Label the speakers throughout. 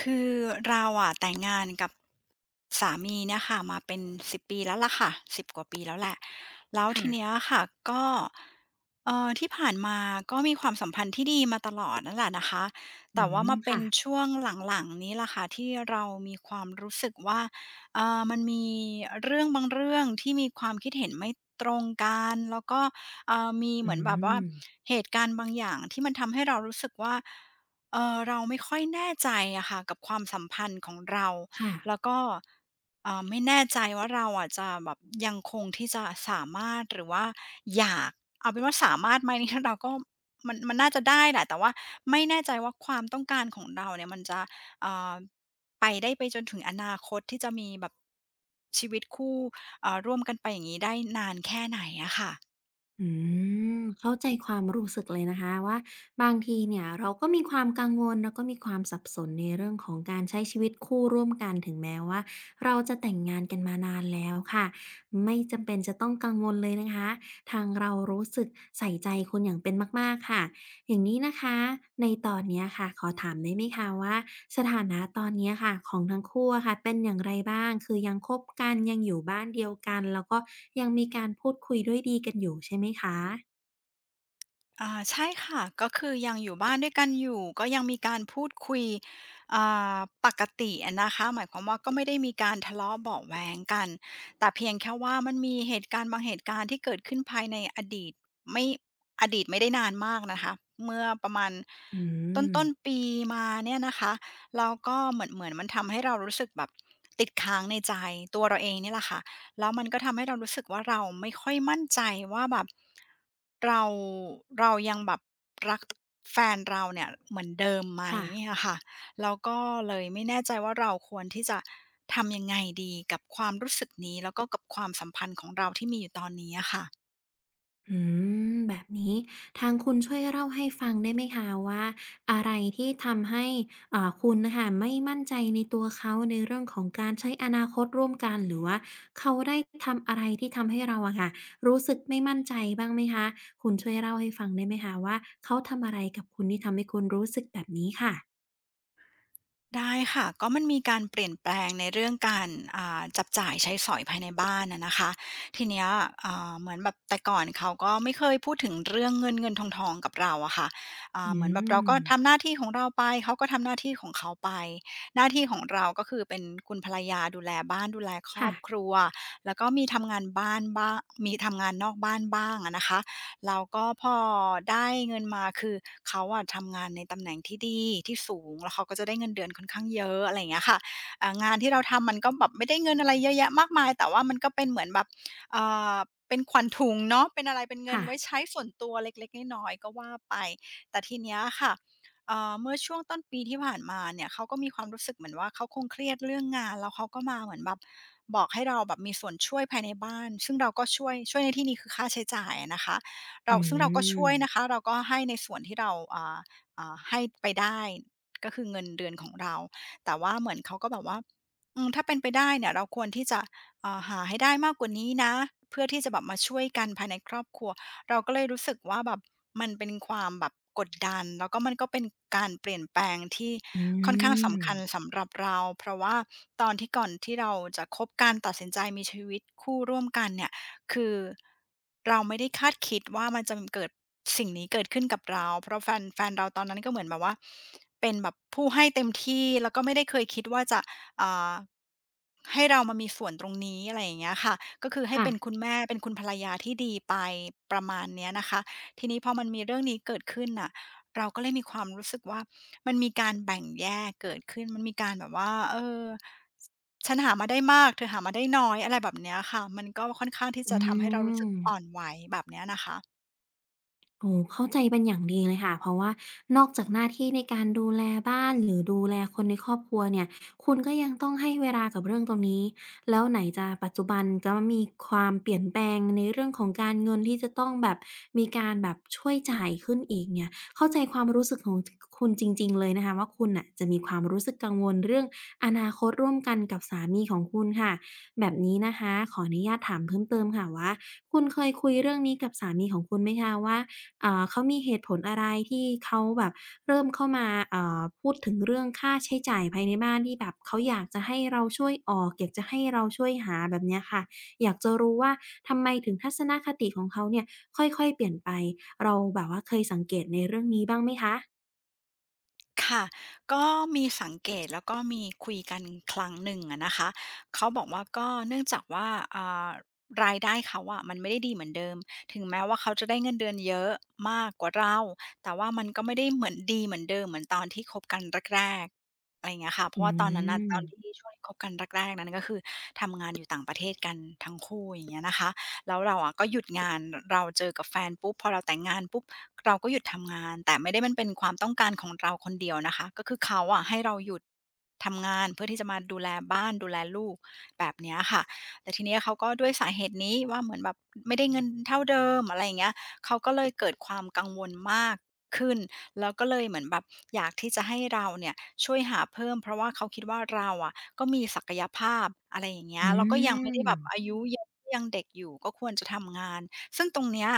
Speaker 1: คือเราอะแต่งงานกับสามีเนี่ยค่ะมาเป็น10ปีแล้วล่ะค่ะสิบกว่าปีแล้วแหละแล้ว
Speaker 2: ค่ะ
Speaker 1: ทีเนี้ยค่ะก็ที่ผ่านมาก็มีความสัมพันธ์ที่ดีมาตลอดนั่นแหละนะคะ
Speaker 2: อื
Speaker 1: แต่ว่า
Speaker 2: ม
Speaker 1: มาเป็
Speaker 2: ค่ะ
Speaker 1: นช่วงหลังๆนี้ล่ะค่ะที่เรามีความรู้สึกว่ามันมีเรื่องบางเรื่องที่มีความคิดเห็นไม่ตรงกันแล้วก็มีเห
Speaker 2: อื
Speaker 1: มือนแบบว่า
Speaker 2: ม
Speaker 1: เหตุการณ์บางอย่างที่มันทำให้เรารู้สึกว่า เราไม่ค่อยแน่ใจอะค่ะกับความสัมพันธ์ของเรา แล้
Speaker 2: ค่ะ
Speaker 1: วก็ไม่แน่ใจว่าเราอะจะแบบยังคงที่จะสามารถหรือว่าอยากเอาเป็นว่าสามารถไหม นี่ เราก็มันน่าจะได้แหละแต่ว่าไม่แน่ใจว่าความต้องการของเราเนี่ยมันจะเอ่อไปได้ไปจนถึงอนาคตที่จะมีแบบชีวิตคู่ร่วมกันไปอย่างนี้ได้นานแค่ไหนอะค่ะ
Speaker 2: อืมเข้าใจความรู้สึกเลยนะคะว่าบางทีเนี่ยเราก็มีความกังวลแล้วก็มีความสับสนในเรื่องของการใช้ชีวิตคู่ร่วมกันถึงแม้ว่าเราจะแต่งงานกันมานานแล้วค่ะไม่จำเป็นจะต้องกังวลเลยนะคะทางเรารู้สึกใส่ใจคุณอย่างเป็นมากๆค่ะ อย่างนี้นะคะในตอนเนี้ยค่ะขอถามได้ไหมคะว่าสถานะตอนเนี้ยค่ะของทั้งคู่อะค่ะเป็นอย่างไรบ้างคือยังคบกันยังอยู่บ้านเดียวกันแล้วก็ยังมีการพูดคุยด้วยดีกันอยู่ใช่ไหมคะ
Speaker 1: อาใช่ค่ะก็คือยังอยู่บ้านด้วยกันอยู่ก็ยังมีการพูดคุยอ่าปกติอะนะคะหมายความว่าก็ไม่ได้มีการทะเลาะเบาะแว้งกันแต่เพียงแค่ว่ามันมีเหตุการณ์บางเหตุการณ์ที่เกิดขึ้นภายในอดีตไม่อดีตไม่ได้นานมากนะคะเมื่อประมาณ
Speaker 2: อื
Speaker 1: ต้น
Speaker 2: ม
Speaker 1: ต้นปีมาเนี่ยนะคะเราก็เหมือนมันทำให้เรารู้สึกแบบติดค้างในใจตัวเราเองเนี่ยแหละค่ะ แล้วมันก็ทำให้เรารู้สึกว่าเราไม่ค่อยมั่นใจว่าแบบเรายังแบบรักแฟนเราเนี่ยเหมือนเดิมไหม
Speaker 2: ค่ะ
Speaker 1: อะค่ะแล้วก็เลยไม่แน่ใจว่าเราควรที่จะทำยังไงดีกับความรู้สึกนี้แล้วก็กับความสัมพันธ์ของเราที่มีอยู่ตอนนี้อะค่ะ
Speaker 2: อืมแบบนี้ทางคุณช่วยเล่าให้ฟังได้ไหมคะว่าอะไรที่ทำให้คุณน่ะค่ะไม่มั่นใจในตัวเขาในเรื่องของการใช้อนาคตร่วมกันหรือว่าเขาได้ทำอะไรที่ทำให้เราอะค่ะรู้สึกไม่มั่นใจบ้างไหมคะคุณช่วยเล่าให้ฟังได้ไหมคะว่าเขาทำอะไรกับคุณที่ทำให้คุณรู้สึกแบบนี้ค่ะ
Speaker 1: ได้ค่ะก็มันมีการเปลี่ยนแปลงในเรื่องการจับจ่ายใช้สอยภายในบ้านอะนะคะทีเนี้ยเหมือนแบบแต่ก่อนเขาก็ไม่เคยพูดถึงเรื่องเงินเงินทองทองกับเราอะค่ะ
Speaker 2: อื
Speaker 1: เหมือนแบบเรา
Speaker 2: ม
Speaker 1: ก็ทำหน้าที่ของเราไปเขาก็ทำหน้าที่ของเขาไปหน้าที่ของเราก็คือเป็นคุณภรรยาดูแลบ้านดูแลครอ
Speaker 2: ค่ะ
Speaker 1: บครัวแล้วก็มีทำงานบ้านบ้างมีทำงานนอกบ้านบ้างอะนะคะ แล้วก็พอได้เงินมาคือเขาอะทำงานในตำแหน่งที่ดีที่สูงแล้วเขาก็จะได้เงินเดือนค่อนข้างเยอะอะไรอย่างเงี้ยค่ะงานที่เราทำมันก็แบบไม่ได้เงินอะไรเยอะแยะมากมายแต่ว่ามันก็เป็นเหมือนแบบอ่าเป็นขวัญถุงเนาะเป็นอะไรเป็นเงิน
Speaker 2: ค่ะ
Speaker 1: ไว้ใช้ส่วนตัวเล็กๆน้อยๆก็ว่าไปแต่ทีเนี้ยค่ะเมื่อช่วงต้นปีที่ผ่านมาเนี่ยเขาก็มีความรู้สึกเหมือนว่าเขาคงเครียดเรื่องงานแล้วเขาก็มาเหมือนแบบบอกให้เราแบบมีส่วนช่วยภายในบ้านซึ่งเราก็ช่วยในที่นี้คือค่าใช้จ่ายอะนะคะ
Speaker 2: อื
Speaker 1: เราซึ่งเราก็ช่วยนะ
Speaker 2: ม
Speaker 1: คะเราก็ให้ในส่วนที่เราให้ไปได้ก็คือเงินเดือนของเราแต่ว่าเหมือนเขาก็แบบว่าอืมถ้าเป็นไปได้เนี่ยเราควรที่จะหาให้ได้มากกว่านี้นะเพื่อที่จะแบบมาช่วยกันภายในครอบครัวเราก็เลยรู้สึกว่าแบบมันเป็นความแบบกดดันแล้วก็มันก็เป็นการเปลี่ยนแปลงที่
Speaker 2: อื
Speaker 1: ค่อนข้าง
Speaker 2: ม
Speaker 1: สำคัญสำหรับเราเพราะว่าตอนที่ก่อนที่เราจะคบกันตัดสินใจมีชีวิตคู่ร่วมกันเนี่ย คือเราไม่ได้คาดคิดว่ามันจะเกิดสิ่งนี้เกิดขึ้นกับเราเพราะแฟนเราตอนนั้นก็เหมือนแบบว่าเป็นแบบผู้ให้เต็มที่แล้วก็ไม่ได้เคยคิดว่าจะอ่าให้เรามามีส่วนตรงนี้อะไรอย่างเงี้ยค่ะก็คือให้
Speaker 2: ค่ะ
Speaker 1: เป็นคุณแม่เป็นคุณภรรยาที่ดีไปประมาณเนี้ยนะคะทีนี้พอมันมีเรื่องนี้เกิดขึ้นน่ะเราก็เลยมีความรู้สึกว่ามันมีการแบ่งแยกเกิดขึ้นมันมีการแบบว่าเออ ฉันหามาได้มากเธอหามาได้น้อยอะไรแบบเนี้ยค่ะ มันก็ค่อนข้างที่
Speaker 2: อื
Speaker 1: จะทำให้เรารู้สึ
Speaker 2: ม
Speaker 1: กอ่อนไหวแบบเนี้ยนะคะ
Speaker 2: โอ้โฮเข้าใจเป็นอย่างดีเลยค่ะเพราะว่านอกจากหน้าที่ในการดูแลบ้านหรือดูแลคนในครอบครัวเนี่ยคุณก็ยังต้องให้เวลากับเรื่องตรงนี้แล้วไหนจะปัจจุบันจะมีความเปลี่ยนแปลงในเรื่องของการเงินที่จะต้องแบบมีการแบบช่วยจ่ายขึ้นอีกเนี่ยเข้าใจความรู้สึกของทคุณจริงๆเลยนะคะว่าคุณน่ะจะมีความรู้สึกกังวลเรื่องอนาคตร่วมกันกับสามีของคุณค่ะแบบนี้นะคะขออนุญาตถามเพิ่มเติมค่ะว่าคุณเคยคุยเรื่องนี้กับสามีของคุณไหมคะว่า เขามีเหตุผลอะไรที่เขาแบบเริ่มเข้ามาพูดถึงเรื่องค่าใช้จ่ายภายในบ้าน ที่แบบเขาอยากจะให้เราช่วยออกอยากจะให้เราช่วยหาแบบเนี้ยค่ะอยากจะรู้ว่า ทำไมถึงทัศนคติของเขาเนี่ยค่อย ๆ เปลี่ยนไป เราแบบว่าเคยสังเกตในเรื่องนี้บ้างไหมคะ
Speaker 1: ค่ะก็มีสังเกตแล้วก็มีคุยกันครั้งหนึ่งอะนะคะเขาบอกว่าก็เนื่องจากว่าอ่ารายได้เขาอะมันไม่ได้ดีเหมือนเดิมถึงแม้ว่าเขาจะได้เงินเดือนเยอะมากกว่าเราแต่ว่ามันก็ไม่ได้เหมือนดีเหมือนเดิมเหมือนตอนที่คบกันแรกๆอะไรอย่างเงี้ยค่ะเพ
Speaker 2: อื
Speaker 1: ราะว่าตอนนั้นน่ะ
Speaker 2: ม
Speaker 1: ตอนที่ช่วงที่คบกันแรกๆนั้นก็คือทำงานอยู่ต่างประเทศกันทั้งคู่อย่างเงี้ยนะคะแล้วเราอะก็หยุดงานเราเจอกับแฟนปุ๊บพอเราแต่งงานปุ๊บ เราก็หยุดทำงานแต่ไม่ได้มันเป็นความต้องการของเราคนเดียวนะคะก็คือเขาอะให้เราหยุดทำงานเพื่อที่จะมาดูแลบ้านดูแลลูกแบบเนี้ยค่ะแต่ทีเนี้ยเขาก็ด้วยสาเหตุนี้ว่าเหมือนแบบไม่ได้เงินเท่าเดิมอะไรอย่างเงี้ยเขาก็เลยเกิดความกังวลมากขึ้นแล้วก็เลยเหมือนแบบอยากที่จะให้เราเนี่ยช่วยหาเพิ่มเพราะว่าเขาคิดว่าเราอะก็มีศักยภาพอะไรอย่างเงี้
Speaker 2: อื
Speaker 1: ยแล้วก็ยังไม่
Speaker 2: ม
Speaker 1: ได้แบบอายุเยอะยังเด็กอยู่ก็ควรจะทำงานซึ่งตรงเนี้ย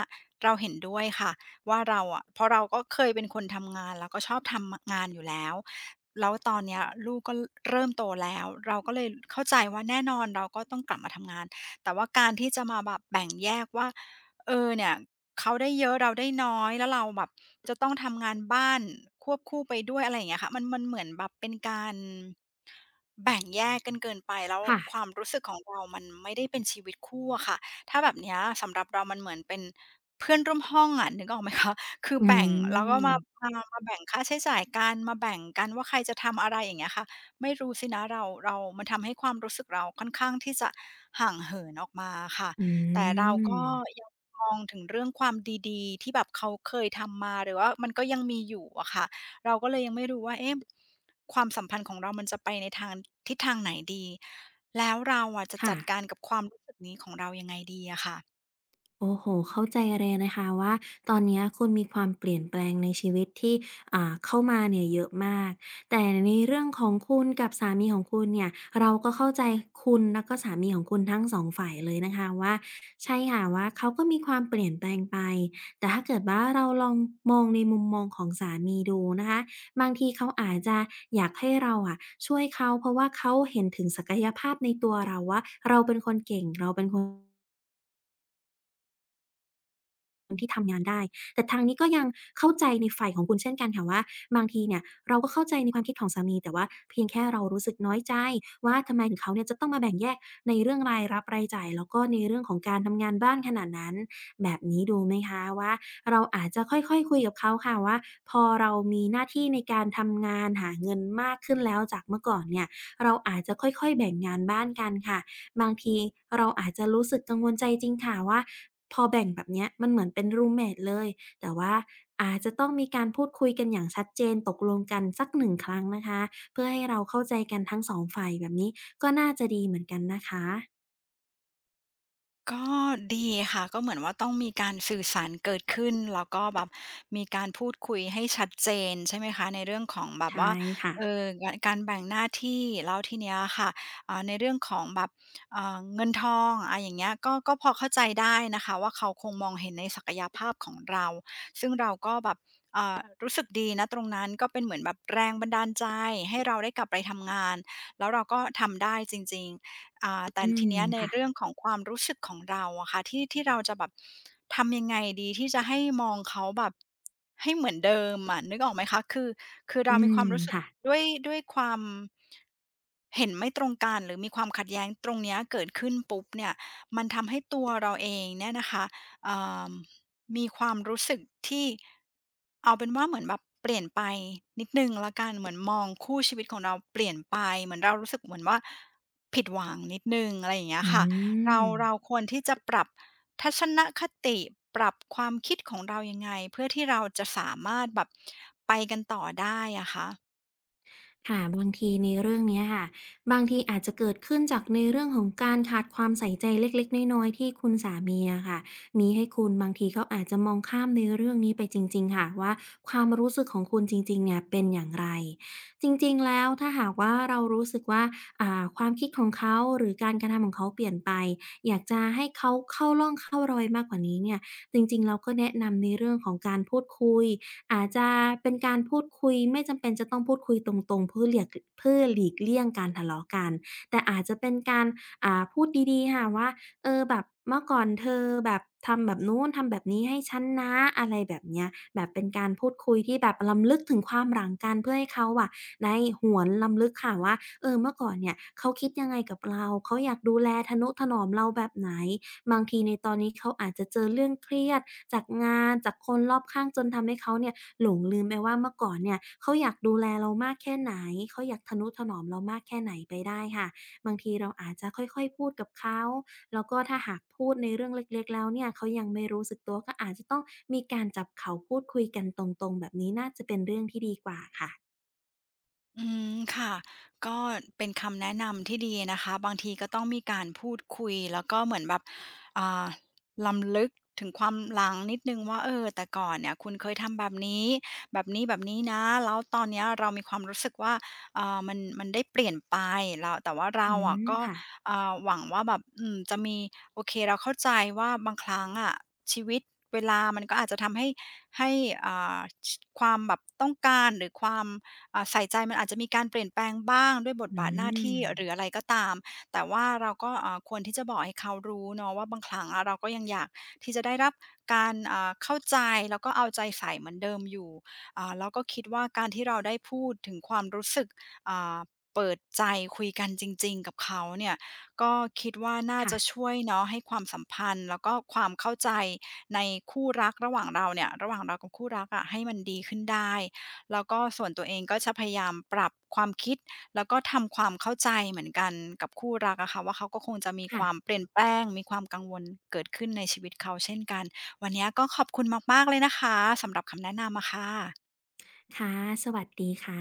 Speaker 1: เราเห็นด้วยค่ะ ว่าเราอะเพราะเราก็เคยเป็นคนทำงานแล้วก็ชอบทำงานอยู่แล้วแล้วตอนเนี้ยลูกก็เริ่มโตแล้วเราก็เลยเข้าใจว่าแน่นอนเราก็ต้องกลับมาทำงานแต่ว่าการที่จะมาแบบแบ่งแยกว่าเออเนี่ยเขาได้เยอะเราได้น้อยแล้วเราแบบจะต้องทำงานบ้านควบคู่ไปด้วยอะไรอย่างเงี้ยค่ะมันมันเหมือนแบบเป็นการแบ่งแยกกันเกินไปแล้วค
Speaker 2: ค่ะ
Speaker 1: วามรู้สึกของเรามันไม่ได้เป็นชีวิตคู่อะค่ะถ้าแบบเนี้ยสำหรับเรามันเหมือนเป็น เพื่อนร่วมห้องอะนึกออกไหมคะคือ
Speaker 2: อื
Speaker 1: แบ่งแล้วก็มา
Speaker 2: ม
Speaker 1: มาแบ่งค่าใช้จ่ายกันมาแบ่งกันว่าใครจะทำอะไรอย่างเงี้ยค่ะไม่รู้สินะเรามันทำให้ความรู้สึกเราค่อนข้างที่จะห่างเหินออกมาค่ะ
Speaker 2: อื
Speaker 1: แต่เรา
Speaker 2: ม
Speaker 1: ก็ยังมองถึงเรื่องความดีๆที่แบบเขาเคยทำมาหรือว่ามันก็ยังมีอยู่อะค่ะเราก็เลยยังไม่รู้ว่าเอ๊ะความสัมพันธ์ของเรามันจะไปในทางทิศทางไหนดีแล้วเราอะจะ
Speaker 2: ค่ะ
Speaker 1: จัดการกับความรู้สึกนี้ของเรายังไงดีอะค่ะ
Speaker 2: โอ้โฮเข้าใจเลยนะคะว่าตอนเนี้ยคุณมีความเปลี่ยนแปลงในชีวิตที่เข้ามาเนี่ยเยอะมาก แต่ในเรื่องของคุณกับสามีของคุณเนี่ยเราก็เข้าใจคุณแล้วก็สามีของคุณทั้งสองฝ่ายเลยนะคะว่าใช่ค่ะว่าเขาก็มีความเปลี่ยนแปลงไป แต่ถ้าเกิดว่าเราลองมองในมุมมองของสามีดูนะคะบางทีเขาอาจจะอยากให้เราอะช่วยเขาเพราะว่าเขาเห็นถึงศักยภาพในตัวเราว่าเราเป็นคนเก่งเราเป็นคน แต่ทางนี้ก็ยังเข้าใจในฝ่ายของคุณเช่นกันค่ะว่าบางทีเนี่ยเราก็เข้าใจในความคิดของสามีแต่ว่าเพียงแค่เรารู้สึกน้อยใจว่าทำไมถึงเขาเนี่ยจะต้องมาแบ่งแยกในเรื่องรายรับรายจ่ายแล้วก็ในเรื่องของการทำงานบ้านขนาดนั้นแบบนี้ดูไหมคะว่าเราอาจจะค่อยๆคุยกับเขาค่ะว่าพอเรามีหน้าที่ในการทำงานหาเงินมากขึ้นแล้วจากเมื่อก่อนเนี่ยเราอาจจะค่อยๆแบ่งงานบ้านกันค่ะบางทีเราอาจจะรู้สึกกังวลใจจริงค่ะว่าพอแบ่งแบบเนี้ยมันเหมือนเป็นรูมเมตเลย แต่ว่าอาจจะต้องมีการพูดคุยกันอย่างชัดเจนตกลงกันสักหนึ่งครั้งนะคะเพื่อให้เราเข้าใจกันทั้งสองฝ่ายแบบนี้ก็น่าจะดีเหมือนกันนะคะ
Speaker 1: ก็ดีค่ะก็เหมือนว่าต้องมีการสื่อสารเกิดขึ้นแล้วก็แบบมีการพูดคุยให้ชัดเจนใช่ไหมคะในเรื่องของแบบ
Speaker 2: ใช่
Speaker 1: ว่า
Speaker 2: ค่ะ
Speaker 1: กการแบ่งหน้าที่แล้วทีเนี้ยค่ะในเรื่องของแบบเงินทองอาอย่างเงี้ยก็พอเข้าใจได้นะคะว่าเขาคงมองเห็นในศักยภาพของเราซึ่งเราก็แบบรู้สึกดีนะตรงนั้นก็เป็นเหมือนแบบแรงบันดาลใจให้เราได้กลับไปทำงานแล้วเราก็ทำได้จริงๆ แต่
Speaker 2: อื
Speaker 1: ที
Speaker 2: ม
Speaker 1: เนี้ยใน
Speaker 2: ค่ะ
Speaker 1: เรื่องของความรู้สึกของเราอะค่ะที่เราจะแบบทำยังไงดีที่จะให้มองเขาแบบให้เหมือนเดิมอะนึกออกไหมคะคือ
Speaker 2: อื
Speaker 1: เรามี
Speaker 2: ม
Speaker 1: ความรู้สึก
Speaker 2: ค่ะ
Speaker 1: ด้วยด้วยความเห็นไม่ตรงกันหรือมีความขัดแย้งตรงเนี้ยเกิดขึ้นปุ๊บเนี่ยมันทำให้ตัวเราเองเนี่ยนะคะเอ่อมีความรู้สึกที่เอาเป็นว่าเหมือนแบบเปลี่ยนไปนิดนึงแล้วกันเหมือนมองคู่ชีวิตของเราเปลี่ยนไปเหมือนเรารู้สึกเหมือนว่า ผิดหวังนิดหนึ่งอะไรอย่างเงี้ย
Speaker 2: อื
Speaker 1: ค่ะเรา
Speaker 2: ม
Speaker 1: เราควรที่จะปรับทัศนคติปรับความคิดของเรายังไงเพื่อที่เราจะสามารถแบบไปกันต่อได้อะคะ
Speaker 2: ค่ะบางทีในเรื่องเนี้ยค่ะบางทีอาจจะเกิดขึ้นจากในเรื่องของการขาดความใส่ใจเล็กๆน้อยๆที่คุณสามีอะค่ะมีให้คุณบางทีเขาอาจจะมองข้ามในเรื่องนี้ไปจริงๆค่ะว่าความรู้สึกของคุณจริงๆเนี่ยเป็นอย่างไรจริงๆแล้วถ้าหากว่าเรารู้สึกว่าความคิดของเขาหรือการกระทำของเขาเปลี่ยนไปอยากจะให้เขาเข้าร่องเข้ารอยมากกว่านี้เนี่ยจริงๆเราก็แนะนำในเรื่องของการพูดคุย อาจจะเป็นการพูดคุยไม่จำเป็นจะต้องพูดคุยตรงๆเพื่อเหลียกเพื่อหลีกเลี่ยงการทะเลาะกันแต่อาจจะเป็นการพูดดีๆค่ะว่าเออแบบเมื่อก่อนเธอแบบทำแบบนู้นทำแบบนี้ให้ฉันนะอะไรแบบเนี้ยแบบเป็นการพูดคุยที่แบบรำลึกถึงความหลังกันเพื่อให้เขาอะได้หวนรำลึกค่ะว่าเออเมื่อก่อนเนี่ยเขาคิดยังไงกับเราเขาอยากดูแลทะนุถนอมเราแบบไหน บางทีในตอนนี้เขาอาจจะเจอเรื่องเครียดจากงานจากคนรอบข้างจนทำให้เขาเนี่ยหลงลืมไปว่าเมื่อก่อนเนี่ยเขาอยากดูแลเรามากแค่ไหนเขาอยากทะนุถนอมเรามากแค่ไหนไปได้ค่ะบางทีเราอาจจะค่อยๆพูดกับเขาแล้วก็ถ้าหากพูดในเรื่องเล็กๆแล้วเนี่ยเขายังไม่รู้สึกตัวก็อาจจะต้องมีการจับเข่าพูดคุยกันตรงๆแบบนี้น่าจะเป็นเรื่องที่ดีกว่าค่ะ
Speaker 1: อืมค่ะก็เป็นคำแนะนำที่ดีนะคะบางทีก็ต้องมีการพูดคุยแล้วก็เหมือนแบบอ่าลำลึกถึงความหลังนิดนึงว่าเออแต่ก่อนเนี่ยคุณเคยทำแบบนี้แบบนี้แบบนนะแล้วตอนเนี้ยเรามีความรู้สึกว่าเออมันมันได้เปลี่ยนไปแล้วแต่ว่า
Speaker 2: อื
Speaker 1: เราอะ
Speaker 2: ม
Speaker 1: ก็
Speaker 2: ค่ะ
Speaker 1: เอ่าหวังว่าแบบอืมจะมีโอเคเราเข้าใจว่าบางครั้งอะชีวิตเวลามันก็อาจจะทำให้ให้อ่าความแบบต้องการหรือความ ใส่ใจมันอาจจะมีการเปลี่ยนแปลงบ้างด้วยบท
Speaker 2: อื
Speaker 1: บาทหน้า
Speaker 2: ม
Speaker 1: ที่หรืออะไรก็ตามแต่ว่าเราก็ควรที่จะบอกให้เขารู้เนาะว่าบางครั้งอะเราก็ยังอยากที่จะได้รับการเข้าใจแล้วก็เอาใจใส่เหมือนเดิมอยู่แล้วก็คิดว่าการที่เราได้พูดถึงความรู้สึกอ่าเปิดใจคุยกันจริงๆกับเขาเนี่ยก็คิดว่าน่า
Speaker 2: ค่ะ
Speaker 1: จะช่วยเนาะให้ความสัมพันธ์แล้วก็ความเข้าใจในคู่รักระหว่างเราเนี่ยระหว่างเรากับคู่รักอะให้มันดีขึ้นได้ แล้วก็ส่วนตัวเองก็จะพยายามปรับความคิดแล้วก็ทำความเข้าใจเหมือนกันกับคู่รักอะค่ะว่าเขาก็คงจะมีค
Speaker 2: ค่ะ
Speaker 1: วามเปลี่ยนแปลงมีความกังวลเกิดขึ้นในชีวิตเขาเช่นกันวันเนี้ยก็ขอบคุณมากๆเลยนะคะสำหรับคำแนะนำอะค่ะ
Speaker 2: ค่ะสวัสดีค่ะ